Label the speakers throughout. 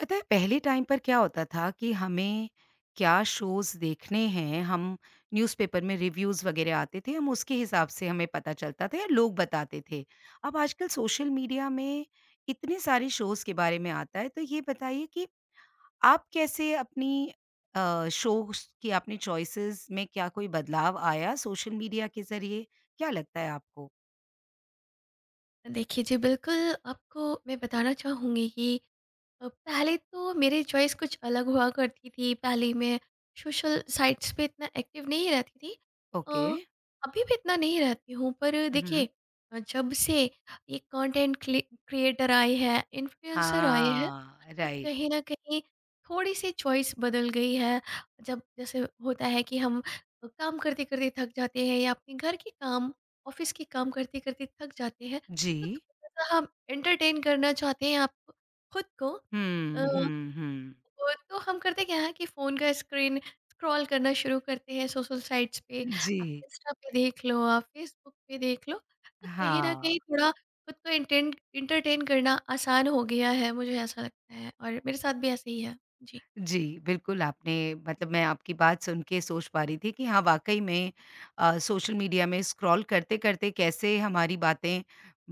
Speaker 1: पता है पहले टाइम पर क्या होता था कि हमें क्या शोज़ देखने हैं, हम न्यूज़पेपर में रिव्यूज़ वगैरह आते थे, हम उसके हिसाब से हमें पता चलता था या लोग बताते थे। अब आजकल सोशल मीडिया में इतने सारे शोज़ के बारे में आता है, तो ये बताइए कि आप कैसे अपनी शोज़ की आपने चॉइसेस में क्या कोई बदलाव आया सोशल मीडिया के ज़रिए? क्या लगता है आपको?
Speaker 2: देखिए जी बिल्कुल। आपको मैं बताना चाहूँगी कि पहले तो मेरी चॉइस कुछ अलग हुआ करती थी। पहले मैं सोशल साइट्स पे इतना एक्टिव नहीं रहती थी। अ,
Speaker 1: ओके।
Speaker 2: अभी भी इतना नहीं रहती हूँ पर
Speaker 1: हुँ,
Speaker 2: देखिए,
Speaker 1: हुँ।
Speaker 2: जब से ये कंटेंट क्लि क्रिएटर आए हैं, इन्फ्लुएंसर आए हैं,
Speaker 1: हाँ,
Speaker 2: तो
Speaker 1: राइट।
Speaker 2: कहीं न कहीं थोड़ी-सी चॉइस बदल गई है। जब जैसे होता है कि हम काम करते-करते थक जाते हैं या अपने घर के काम, ऑफ़िस के काम करते-करते थक जाते हैं,
Speaker 1: जी।
Speaker 2: तो थोड़ा-सा हम एंटरटेन करना चाहते हैं आप खुद को। अ,
Speaker 1: हुँ, हुँ, हुँ।
Speaker 2: वो तो हम करते क्या है कि फ़ोन का स्क्रीन स्क्रॉल करना शुरू करते हैं सोशल साइट्स पे। आप
Speaker 1: जी,
Speaker 2: इंस्टा पे देख लो, आप फेसबुक पे देख लो। तो कहीं न
Speaker 1: हाँ,
Speaker 2: कहीं थोड़ा खुद को एंटेन एंटरटेन करना आसान हो गया है, मुझे ऐसा लगता है और मेरे साथ भी ऐसे ही है। जी।
Speaker 1: जी, बिल्कुल आपने मतलब मैं आपकी बात सुन के सोच पा रही थी कि हाँ, वाक़ई में सोशल मीडिया में स्क्रॉल करते-करते कैसे हमारी बातें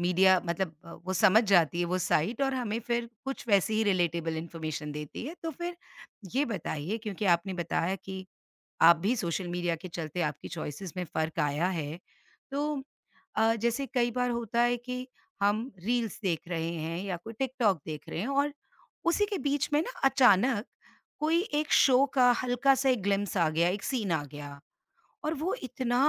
Speaker 1: मीडिया मतलब वो समझ जाती है वो साइट और हमें फिर कुछ वैसी ही रिलेटेबल इन्फॉर्मेशन देती है। तो फिर ये बताइए क्योंकि आपने बताया कि आप भी सोशल मीडिया के चलते आपकी चॉइसेस में फ़र्क आया है। तो जैसे कई बार होता है कि हम रील्स देख रहे हैं या कोई टिकटॉक देख रहे हैं और उसी के बीच में ना अचानक कोई एक शो का हल्का सा एक ग्लिम्प्स आ गया, एक सीन आ गया और वो इतना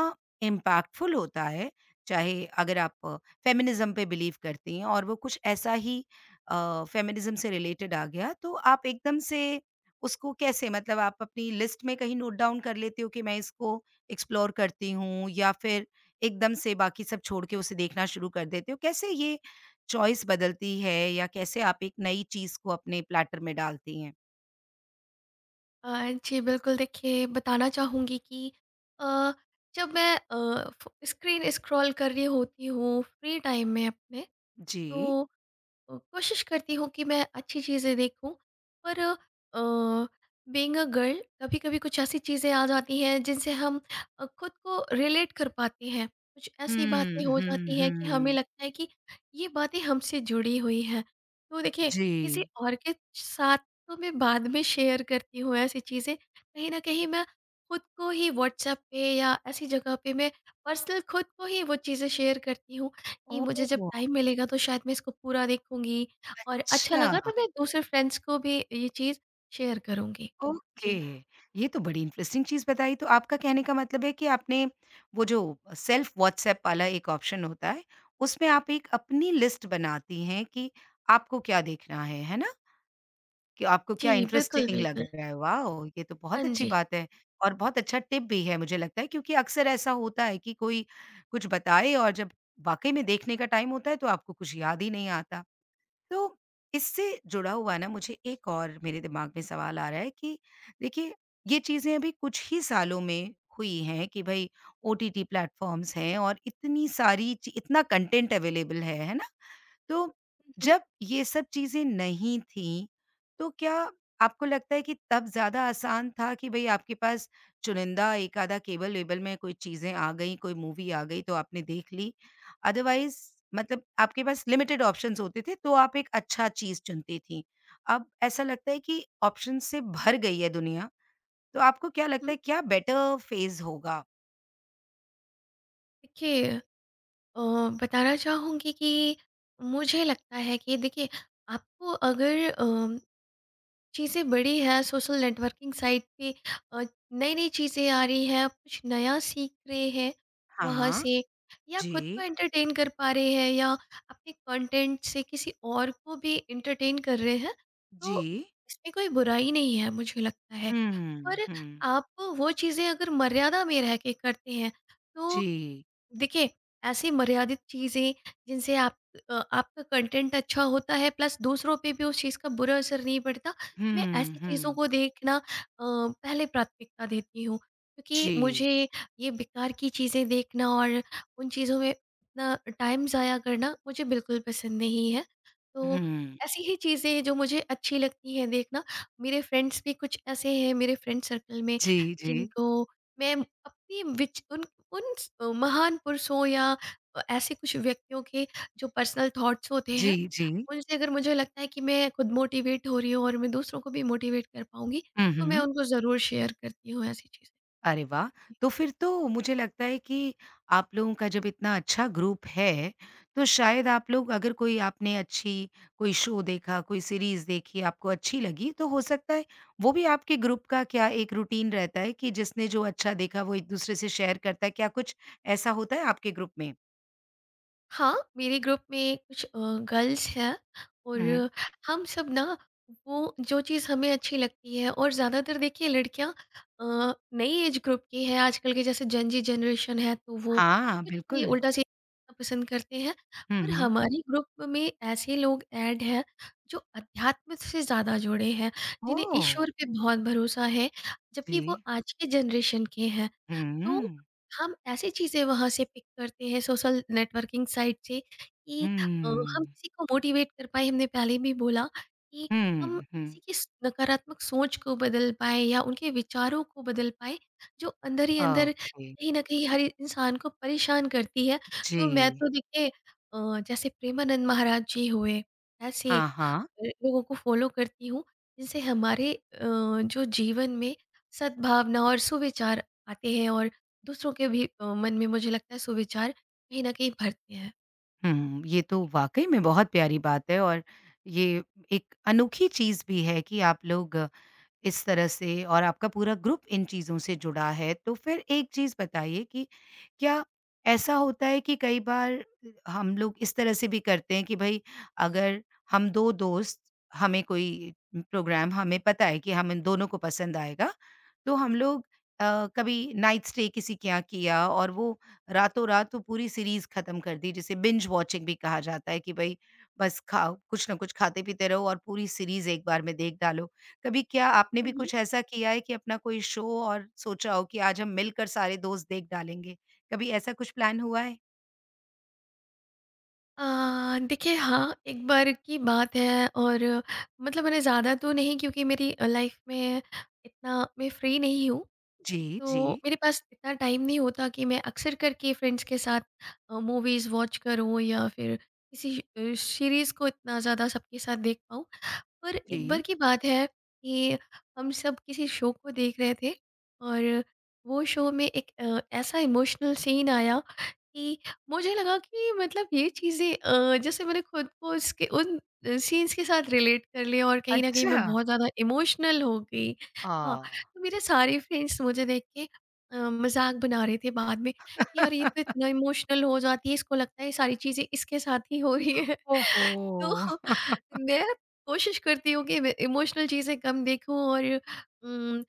Speaker 1: इम्पैक्टफुल होता है, चाहे अगर आप फेमिनिज़्म पे बिलीव करती हैं और वो कुछ ऐसा ही फेमिनिज़्म से रिलेटेड आ गया, तो आप एकदम से उसको कैसे मतलब आप अपनी लिस्ट में कहीं नोट डाउन कर लेते हो कि मैं इसको एक्सप्लोर करती हूँ या फिर एकदम से बाकी सब छोड़ के उसे देखना शुरू कर देते हो? कैसे ये चॉइस बदलती है या कैसे आप एक नई चीज़ को अपने प्लैटर में डालती हैं?
Speaker 2: जी, बिल्कुल। देखिए, बताना चाहूँगी कि अ, जब मैं फ़ो स्क्रीन स्क्रॉल कर रही होती हूँ फ्री टाइम में अपने,
Speaker 1: जी।
Speaker 2: तो कोशिश करती हूँ कि मैं अच्छी चीज़ें देखूं, पर बीइंग अ गर्ल कभी कभी कुछ ऐसी चीज़ें आ जाती हैं जिनसे हम खुद को रिलेट कर पाते हैं। कुछ ऐसी
Speaker 1: हुँ,
Speaker 2: बातें हो
Speaker 1: हुँ,
Speaker 2: जाती हैं कि हमें
Speaker 1: हुँ।
Speaker 2: लगता है कि ये बातें हमसे जुड़ी हुई हैं। तो देखिए, किसी
Speaker 1: जी।
Speaker 2: और के साथ तो मैं बाद में शेयर करती हूँ, ऐसी चीज़ें कहीं ना कहीं मैं खुद को ही व्हाट्सएप पे या ऐसी जगह पे मैं पर्सनल खुद को ही वो चीज़ें शेयर करती हूँ कि मुझे जब
Speaker 1: ओह!
Speaker 2: टाइम मिलेगा तो शायद मैं इसको पूरा देखूँगी और अच्छा
Speaker 1: अच्छा,
Speaker 2: लगा तो मैं दूसरे फ्रेंड्स को भी ये चीज़ शेयर करूँगी।
Speaker 1: ओके।
Speaker 2: जी।
Speaker 1: ये तो बड़ी इंटरेस्टिंग चीज़ बताई। तो आपका कहने का मतलब है कि आपने वो जो सेल्फ व्हाट्सएप वाला एक ऑप्शन होता है, उसमें आप एक अपनी लिस्ट बनाती हैं कि आपको क्या देखना है ना? कि आपको
Speaker 2: जी,
Speaker 1: क्या
Speaker 2: बिल्कुल,
Speaker 1: इंटरेस्टिंग लग
Speaker 2: बिल्कुल।
Speaker 1: रहा है। वाओ! ये तो
Speaker 2: हाँ
Speaker 1: बहुत अच्छी
Speaker 2: जी।
Speaker 1: बात है और बहुत अच्छा टिप भी है मुझे लगता है क्योंकि अक्सर ऐसा होता है कि कोई कुछ बताए और जब वाक़ई में देखने का टाइम होता है तो आपको कुछ याद ही नहीं आता। तो इससे जुड़ा हुआ ना मुझे एक और मेरे दिमाग में सवाल आ रहा है कि देखिए ये चीज़ें अभी कुछ ही सालों में हुई हैं कि भई ओटीटी प्लेटफ़ॉर्म्स हैं और इतनी सारी ची इतना कंटेंट अवेलेबल है ना? तो
Speaker 2: हुँ,
Speaker 1: जब ये सब चीज़ें नहीं थीं, तो क्या आपको लगता है कि तब ज़्यादा आसान था कि भई आपके पास चुनिंदा एक-आधा केबल-वेबल में कोई चीज़ें आ गईं, कोई मूवी आ गई तो आपने देख ली। अदरवाइज़ मतलब आपके पास लिमिटेड ऑप्शंस होते थे तो आप एक अच्छा चीज़ चुनती थीं। अब ऐसा लगता है कि ऑप्शंस से भर गई है दुनिया, तो आपको क्या लगता
Speaker 2: हुँ।
Speaker 1: है क्या बेटर फ़ेज़ होगा?
Speaker 2: देखिए, अ, बताना चाहूँगी कि मुझे लगता है कि देखिए, आपको अगर चीज़ें बड़ी हैं सोशल नेटवर्किंग साइट पे, अ, नई-नई चीज़ें आ रही हैं, कुछ नया सीख रहे हैं वहाँ
Speaker 1: हाँ,
Speaker 2: से या खुद को
Speaker 1: जी,
Speaker 2: एंटरटेन कर पा रहे हैं या अपने कंटेंट से किसी और को भी एंटरटेन कर रहे हैं,
Speaker 1: जी।
Speaker 2: तो इसमें कोई बुराई नहीं है मुझे लगता है।
Speaker 1: हुँ,
Speaker 2: पर
Speaker 1: हुँ।
Speaker 2: आप वो चीज़ें अगर मर्यादा में रह के करते हैं, तो
Speaker 1: जी।
Speaker 2: देखिए, ऐसी मर्यादित चीज़ें जिनसे आप, आपका कंटेंट अच्छा होता है प्लस दूसरों पे भी उस चीज़ का बुरा असर नहीं पड़ता। मैं
Speaker 1: हुँ,
Speaker 2: ऐसी चीज़ों
Speaker 1: हुँ।
Speaker 2: को देखना पहले प्राथमिकता देती हूँ क्योंकि मुझे
Speaker 1: जी।
Speaker 2: ये बेकार की चीज़ें देखना और उन चीज़ों में इतना टाइम ज़ाया करना मुझे बिल्कुल पसंद नहीं है। तो
Speaker 1: हुँ।
Speaker 2: ऐसी ही चीज़ें हैं जो मुझे अच्छी लगती हैं देखना। मेरे फ्रेंड्स भी कुछ ऐसे हैं मेरे फ्रेंड सर्कल में
Speaker 1: जी, जी।
Speaker 2: जिनको मैं अपनी विच उन उन स- अ, महान पुरुषों या ऐसे कुछ व्यक्तियों के जो पर्सनल थॉट्स होते
Speaker 1: जी,
Speaker 2: हैं
Speaker 1: जी।
Speaker 2: उनसे अगर मुझे लगता है कि मैं खुद मोटिवेट हो रही हूँ और मैं दूसरों को भी मोटिवेट कर पाऊंगी,
Speaker 1: हुँ,
Speaker 2: तो मैं
Speaker 1: हुँ।
Speaker 2: उनको ज़रूर शेयर करती हूँ ऐसी चीज़ें।
Speaker 1: अरे वाह! तो फिर तो मुझे लगता है कि आप लोगों का जब इतना अच्छा ग्रुप है, तो शायद आप लोग अगर कोई आपने अच्छी कोई शो देखा, कोई सीरीज़ देखी, आपको अच्छी लगी, तो हो सकता है वो भी आपके ग्रुप का क्या एक रूटीन रहता है कि जिसने जो अच्छा देखा वो एक-दूसरे से शेयर करता है, क्या कुछ ऐसा होता है आपके ग्रुप में?
Speaker 2: हाँ, मेरे ग्रुप में कुछ गर्ल्स हैं और
Speaker 1: हुँ।
Speaker 2: हम सब ना वो जो चीज़ हमें अच्छी लगती है, और ज़्यादातर देखिए लड़कियाँ नई एज ग्रुप की है आजकल के, जैसे जेन जी जनरेशन है तो वो
Speaker 1: हाँ,
Speaker 2: कुछ भी
Speaker 1: बिल्कुल।
Speaker 2: उल्टा सीधा पसंद करते हैं।
Speaker 1: हुँ,
Speaker 2: पर
Speaker 1: हुँ।
Speaker 2: हमारे ग्रुप में ऐसे लोग ऐड हैं जो अध्यात्म से ज़्यादा जुड़े हैं, जिन्हें
Speaker 1: ओह!
Speaker 2: ईश्वर पे बहुत भरोसा है, जबकि
Speaker 1: जी।
Speaker 2: वो आज के जनरेशन के हैं। तो
Speaker 1: हुँ।
Speaker 2: हम ऐसी चीज़ें वहाँ से पिक करते हैं सोशल नेटवर्किंग साइट से कि हम
Speaker 1: हुँ।
Speaker 2: किसी को मोटिवेट कर पाए। हमने पहले भी बोला कि हम
Speaker 1: हुँ, हुँ।
Speaker 2: किसी की स नकारात्मक सोच को बदल पाएँ या उनके विचारों को बदल पाएँ, जो अंदर ही अंदर
Speaker 1: ओके,
Speaker 2: कहीं न कहीं हर इंसान को परेशान करती है। तो मैं
Speaker 1: जी।
Speaker 2: तो देखिए, जैसे प्रेमानंद महाराज जी हुए, ऐसे
Speaker 1: हाँ, हाँ।
Speaker 2: लोगों को फॉलो करती हूँ जिनसे हमारे जो जीवन में सद्भावना और सुविचार आते हैं और दूसरों के भी मन में मुझे लगता है सुविचार कहीं न कहीं भरते हैं।
Speaker 1: हुँ, ये तो वाक़ई में बहुत प्यारी बात है और ये एक अनोखी चीज़ भी है कि आप लोग इस तरह से और आपका पूरा ग्रुप इन चीज़ों से जुड़ा है, तो फिर एक चीज़ बताइए कि क्या ऐसा होता है कि कई बार हम लोग इस तरह से भी करते हैं कि भई अगर हम 2 दोस्त हमें कोई प्रोग्राम हमें पता है कि हम इन दोनों को पसंद आएगा, तो हम लोग कभी नाइट स्टे किसी के यहाँ किया और वो रातों-रात वो पूरी सीरीज़ खत्म कर दी जिसे बिंज वॉचिंग भी कहा जाता है कि भई बस खाओ, कुछ ना कुछ खाते-पीते रहो और पूरी सीरीज़ एक बार में देख डालो। कभी क्या आपने
Speaker 2: हुँ,
Speaker 1: भी
Speaker 2: हुँ।
Speaker 1: कुछ ऐसा किया है कि अपना कोई शो और सोचा हो कि आज हम मिलकर सारे दोस्त देख डालेंगे? कभी ऐसा कुछ प्लान हुआ है?
Speaker 2: देखिए, हाँ, एक बार की बात है। और मतलब मैंने ज़्यादा तो नहीं, क्योंकि मेरी लाइफ में इतना मैं फ्री नहीं हूँ,
Speaker 1: जी, जी,
Speaker 2: तो मेरे पास इतना टाइम नहीं होता कि मैं अक्सर करके फ्रेंड्स के साथ मूवीज़ वॉच करूँ या फिर किसी सीरीज़ को इतना ज़्यादा सबके साथ देख पाऊँ। पर
Speaker 1: जी।
Speaker 2: एक बार की बात है कि हम सब किसी शो को देख रहे थे और वो शो में एक ऐसा इमोशनल सीन आया कि मुझे लगा कि मतलब ये चीज़ें, जैसे मैंने खुद को उसके उन सीन्स के साथ रिलेट कर लिया और कहीं न कहीं
Speaker 1: अच्छा।
Speaker 2: मैं बहुत ज़्यादा इमोशनल हो गई।
Speaker 1: आ,
Speaker 2: हाँ, तो मेरे सारे फ्रेंड्स मुझे देख के मज़ाक बना रहे थे बाद में कि यार ये तो इतना इमोशनल हो जाती है, इसको लगता है ये सारी चीज़ें इसके साथ ही हो रही है।
Speaker 1: ओहो!
Speaker 2: तो मैं कोशिश करती हूँ कि इमोशनल चीज़ें कम देखूँ और उम,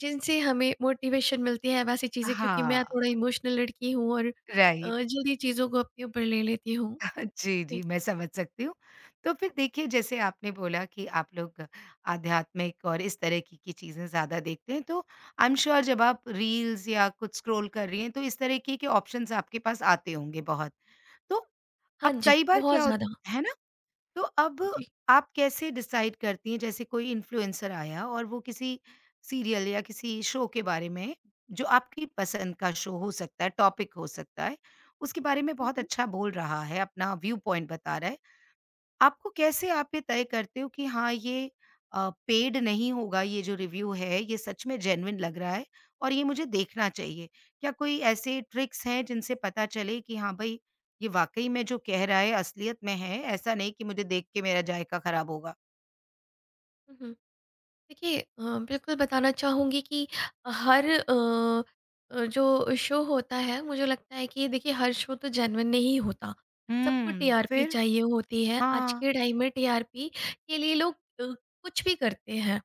Speaker 2: जिनसे हमें मोटिवेशन मिलती है वैसी चीज़ें, क्योंकि
Speaker 1: हाँ।
Speaker 2: मैं थोड़ा इमोशनल लड़की हूँ और
Speaker 1: राइट।
Speaker 2: जल्दी चीज़ों को अपने ऊपर ले लेती हूँ।
Speaker 1: जी,
Speaker 2: जी।
Speaker 1: जी, मैं समझ सकती हूँ। तो फिर देखिए जैसे आपने बोला कि आप लोग आध्यात्मिक और इस तरह की चीज़ें ज़्यादा देखते हैं तो आई एम श्योर जब आप रील्स या कुछ स्क्रॉल कर रही हैं तो इस तरह के ऑप्शंस आपके पास आते होंगे बहुत। तो
Speaker 2: हाँ
Speaker 1: अब
Speaker 2: जी,
Speaker 1: कई बार
Speaker 2: बहुत
Speaker 1: क्या होत
Speaker 2: ज़्यादा।
Speaker 1: है ना? तो अब
Speaker 2: जी।
Speaker 1: आप कैसे डिसाइड करती हैं जैसे कोई इन्फ्लुएंसर आया और वो किसी सीरियल या किसी शो के बारे में जो आपकी पसंद का शो हो सकता है, टॉपिक हो सकता है, उसके बारे में
Speaker 2: हुँ,
Speaker 1: बहुत
Speaker 2: हुँ।
Speaker 1: अच्छा बोल रहा है, अपना व्यू पॉइंट बता रहा है। आपको कैसे आप ये तय करते हो कि हाँ ये पेड नहीं होगा ये जो रिव्यू है ये सच में जेन्युइन लग रहा है और ये मुझे देखना चाहिए? क्या कोई ऐसे ट्रिक्स हैं जिनसे पता चले कि हाँ भई ये वाक़ई में जो कह रहा है असलियत में है, ऐसा नहीं कि मुझे देख के मेरा जायका ख़राब होगा?
Speaker 2: हुँ, हुँ। देखिए, बिल्कुल बताना चाहूँगी कि हर जो शो होता है मुझे लगता है कि देखिए, हर शो तो जेन्युइन नहीं होता। सबको
Speaker 1: हुँ,
Speaker 2: टीआरपी
Speaker 1: फिर?
Speaker 2: चाहिए होती है। आज
Speaker 1: हाँ।
Speaker 2: के टाइम में टीआरपी के लिए लोग अ, कुछ भी करते हैं।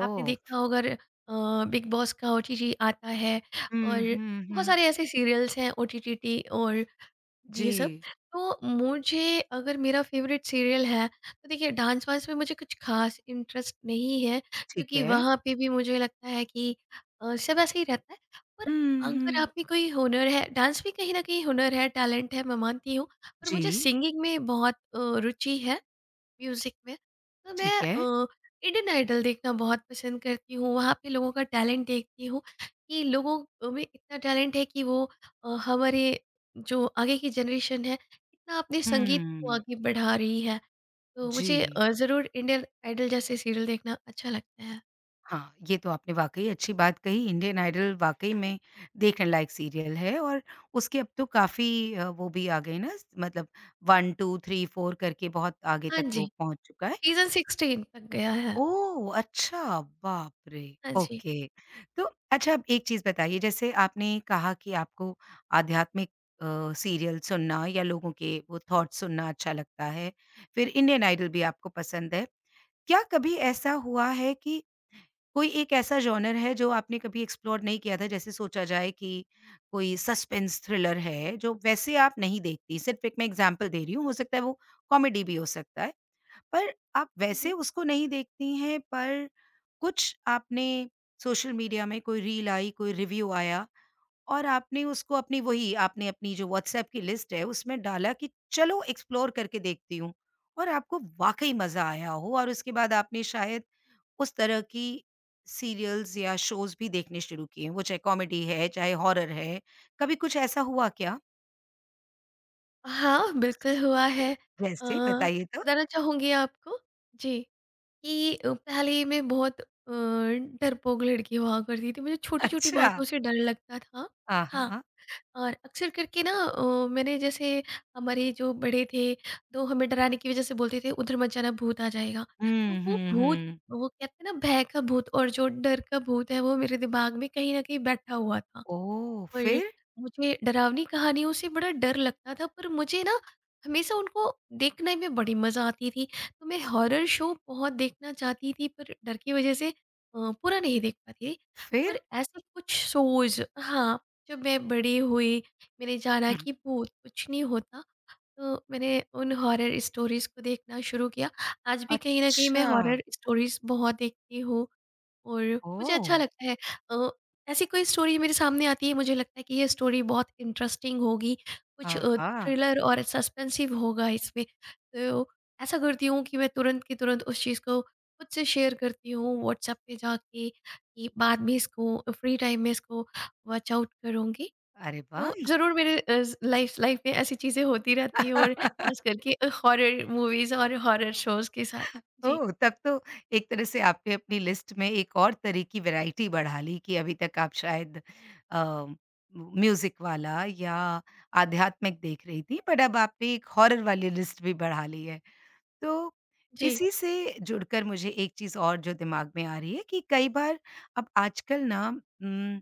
Speaker 2: आपने देखा होगा, अ, बिग बॉस का ओटीटी आता है और
Speaker 1: हुँ, हुँ,
Speaker 2: बहुत
Speaker 1: हुँ।
Speaker 2: सारे ऐसे सीरियल्स हैं ओटीटी, और ये सब।
Speaker 1: जी,
Speaker 2: तो मुझे अगर मेरा फेवरेट सीरियल है तो देखिए, डांस वांस में मुझे कुछ खास इंटरेस्ट नहीं है
Speaker 1: ठीक
Speaker 2: क्योंकि
Speaker 1: है।
Speaker 2: वहाँ पे भी मुझे लगता है कि सब ऐसे ही रहता है। पर
Speaker 1: हुँ,
Speaker 2: अगर
Speaker 1: हुँ।
Speaker 2: आप में कोई हुनर है, डांस भी कहीं ना कहीं हुनर है, टैलेंट है, मैं मानती हूँ, पर मुझे
Speaker 1: जी,
Speaker 2: सिंगिंग में बहुत रुचि है, म्यूज़िक में। तो मैं
Speaker 1: ठीक है।
Speaker 2: इंडियन आइडल देखना बहुत पसंद करती हूँ, वहाँ पे लोगों का टैलेंट देखती हूँ कि लोगों में इतना टैलेंट है कि वो हमारे जो आगे की जनरेशन है, इतना अपने संगीत को
Speaker 1: हुँ,
Speaker 2: आगे बढ़ा रही है। तो
Speaker 1: जी।
Speaker 2: मुझे ज़रूर इंडियन आइडल जैसे सीरियल देखना अच्छा लगता है।
Speaker 1: हाँ, ये तो आपने वाक़ई अच्छी बात कही, इंडियन आइडल वाक़ई में देखने लायक सीरियल है और उसके अब तो काफ़ी वो भी आ गए ना मतलब 1, 2, 3, 4 करके बहुत आगे
Speaker 2: हाँ
Speaker 1: तक
Speaker 2: जी,
Speaker 1: वो पहुँच चुका है।
Speaker 2: सीज़न 16 तक गया है।
Speaker 1: ओह! अच्छा, बाप रे!
Speaker 2: हाँ जी।
Speaker 1: ओके। तो अच्छा आप एक चीज़ बताइए जैसे आपने कहा कि आपको आध्यात्मिक सीरियल सुनना या लोगों के वो थॉट्स सुनना अच्छा लगता है, फिर इंडियन आइडल भी आपको पसंद है। क्या कभी ऐसा हुआ है कि कोई एक ऐसा जॉनर है जो आपने कभी एक्सप्लोर नहीं किया था जैसे सोचा जाए कि कोई सस्पेंस थ्रिलर है जो वैसे आप नहीं देखती सिर्फ एक मैं एग्जांपल दे रही हूँ हो सकता है वो कॉमेडी भी हो सकता है पर आप
Speaker 2: हुँ,
Speaker 1: वैसे
Speaker 2: हुँ।
Speaker 1: उसको नहीं देखती हैं पर कुछ आपने सोशल मीडिया में कोई रील आई कोई रिव्यू आया और आपने उसको अपनी वही आपने अपनी जो व्हाट्सएप की लिस्ट है उसमें डाला कि चलो एक्सप्लोर करके देखती हूँ और आपको वाकई मजा आया हो और उसके बाद आपने शायद उस तरह की सीरियल्स या शोज़ भी देखने शुरू किए, वो चाहे कॉमेडी है, चाहे हॉरर है। कभी कुछ ऐसा हुआ क्या?
Speaker 2: हाँ, बिल्कुल हुआ है।
Speaker 1: जैसे बताइए तो?
Speaker 2: बताना चाहूँगी आपको। जी। कि पहले मैं बहुत डरपोक लड़की हुआ करती थी, मुझे छोटी-छोटी
Speaker 1: अच्छा।
Speaker 2: बातों से डर लगता था। हाँ,
Speaker 1: आहा!
Speaker 2: और अक्सर करके ना मैंने जैसे, हमारे जो बड़े थे तो हमें डराने की वज़ह से बोलते थे उधर मत जाना भूत आ जाएगा। तो
Speaker 1: हुँ,
Speaker 2: वो
Speaker 1: हुँ,
Speaker 2: भूत,
Speaker 1: हुँ।
Speaker 2: वो कहते हैं ना भय का भूत, और जो डर का भूत है वो मेरे दिमाग में कहीं न कहीं बैठा हुआ था।
Speaker 1: ओह!
Speaker 2: और
Speaker 1: फिर?
Speaker 2: मुझे डरावनी कहानियों से बड़ा डर लगता था, पर मुझे ना हमेशा उनको देखने में बड़ी मज़ा आती थी। तो मैं हॉरर शो बहुत देखना चाहती थी, पर डर की वज़ह से पूरा नहीं देख पाती थी। पर
Speaker 1: फिर?
Speaker 2: ऐसे कुछ शोज़, हाँ, जब मैं बड़ी हुई मैंने जाना
Speaker 1: हुँ।
Speaker 2: कि भूत कुछ नहीं होता, तो मैंने उन हॉरर स्टोरीज़ को देखना शुरू किया। आज भी कहीं न कहीं मैं
Speaker 1: अच्छा।
Speaker 2: हॉरर स्टोरीज़ बहुत देखती हूँ और मुझे अच्छा
Speaker 1: ओह!
Speaker 2: लगता है। अ, ऐसी कोई स्टोरी मेरे सामने आती है, मुझे लगता है कि ये स्टोरी बहुत इंटरेस्टिंग होगी, कुछ
Speaker 1: आहा!
Speaker 2: थ्रिलर और सस्पेंसिव होगा इसमें। तो ऐसा करती हूँ कि मैं तुरंत की तुरंत उस चीज़ को खुद से शेयर करती हूँ व्हाट्सएप पे जाके कि बाद में इसको फ्री टाइम में इसको वॉच आउट करूँगी।
Speaker 1: अरे
Speaker 2: तो
Speaker 1: वाह!
Speaker 2: ज़रूर मेरे अ, ज़ लाइफ लाइफ में ऐसी चीज़ें होती रहती हैं, और ख़ास करके हॉरर मूवीज़ और हॉरर शोज़ के साथ। जी,
Speaker 1: ओह! तब तो एक तरह से आपने अपनी लिस्ट में एक और तरह की वैराइटी बढ़ा ली कि अभी तक आप शायद अ, म्यूज़िक वाला या आध्यात्मिक देख रही थी, बट अब आपने एक हॉरर वाली लिस्ट भी बढ़ा ली है। तो
Speaker 2: जी।
Speaker 1: इसी से जुड़कर मुझे एक चीज़ और जो दिमाग में आ रही है कि कई बार अब आजकल ना उम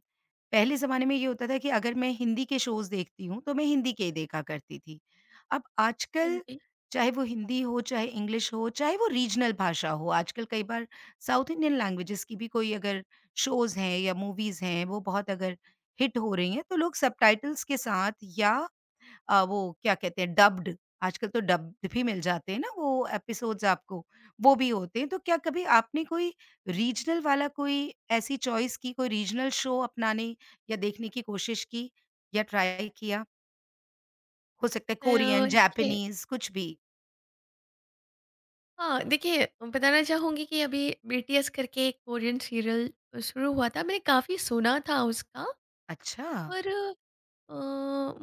Speaker 1: पहले ज़माने में ये होता था कि अगर मैं हिंदी के शोज़ देखती हूँ, तो मैं हिंदी के ही देखा करती थी। अब
Speaker 2: हाँ
Speaker 1: आजकल
Speaker 2: जी।
Speaker 1: चाहे वो हिंदी हो, चाहे इंग्लिश हो, चाहे वो रीजनल भाषा हो, आजकल कई बार साउथ इंडियन लैंग्वेजेज़ की भी कोई अगर शोज़ हैं या मूवीज़ हैं, वो बहुत अगर हिट हो रही हैं, तो लोग सबटाइटल्स के साथ या वो क्या कहते हैं डब्ड आजकल तो डब्ड भी मिल जाते हैं ना वो एपिसोड्स आपको, वो भी होते हैं। तो क्या कभी आपने कोई रीजनल वाला कोई ऐसी चॉइस की, कोई रीजनल शो अपनाने या देखने की कोशिश की या ट्राई किया? हो सकता है कोरियन,
Speaker 2: देखिए,
Speaker 1: जापानीज़ कुछ भी?
Speaker 2: हाँ, देखिए बताना चाहूँगी कि अभी बीटीएस करके एक कोरियन सीरियल शुरू हुआ था। मैंने काफ़ी सुना था उसका,
Speaker 1: अच्छा।
Speaker 2: पर अ,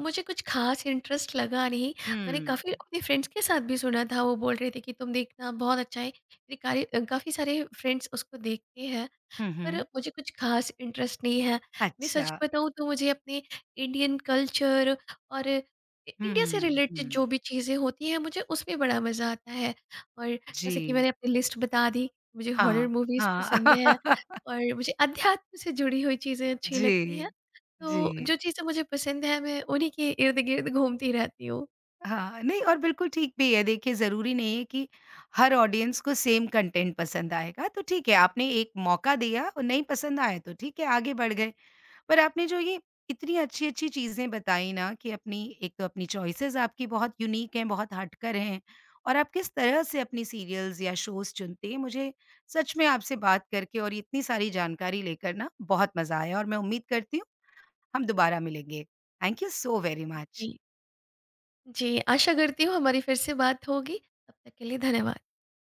Speaker 2: मुझे कुछ ख़ास इंटरेस्ट लगा नहीं। मैंने
Speaker 1: हुँ।
Speaker 2: काफ़ी अपने फ्रेंड्स के साथ भी सुना था, वो बोल रहे थे कि तुम देखना, बहुत अच्छा है। मेरे कारे काफ़ी सारे फ्रेंड्स उसको देखते हैं,
Speaker 1: हुँ,
Speaker 2: पर
Speaker 1: हुँ।
Speaker 2: मुझे कुछ खास इंटरेस्ट नहीं है। मैं
Speaker 1: अच्छा।
Speaker 2: सच बताऊँ तो मुझे अपने इंडियन कल्चर और इ इंडिया से
Speaker 1: हुँ,
Speaker 2: रिलेटेड जो
Speaker 1: हुँ।
Speaker 2: भी चीज़ें होती हैं, मुझे उसमें बड़ा मज़ा आता है। और जैसे कि
Speaker 1: जी।
Speaker 2: मैंने अपनी लिस्ट बता दी, मुझे हॉरर
Speaker 1: हाँ,
Speaker 2: मूवीज़
Speaker 1: हाँ।
Speaker 2: पसंद हैं और मुझे अध्यात्म से जुड़ी हुई चीज़ें अच्छी
Speaker 1: जी।
Speaker 2: लगती हैं।
Speaker 1: जी।
Speaker 2: तो जो चीज़ें मुझे पसंद हैं, मैं उन्हीं के इर्द-गिर्द घूमती रहती हूँ।
Speaker 1: हाँ, नहीं और बिल्कुल ठीक भी है। देखिए, ज़रूरी नहीं है कि हर ऑडियंस को सेम कंटेंट पसंद आएगा, तो ठीक है, आपने एक मौका दिया और नहीं पसंद आया तो ठीक है, आगे बढ़ गए। पर आपने जो ये इतनी अच्छी-अच्छी चीज़ें बताई ना कि अपनी एक तो अपनी चॉइसेस आपकी बहुत यूनिक हैं, बहुत हटकर हैं और आप किस तरह से अपनी सीरियल्स या शोज़ चुनते हैं, मुझे सच में आपसे बात करके और इतनी सारी जानकारी लेकर ना बहुत मज़ा आया और मैं उम्मीद करती हूँ, हम दोबारा मिलेंगे। Thank you so very much.
Speaker 2: जी, जी, आशा करती हूँ हमारी फिर से बात होगी। तब तक के लिए धन्यवाद।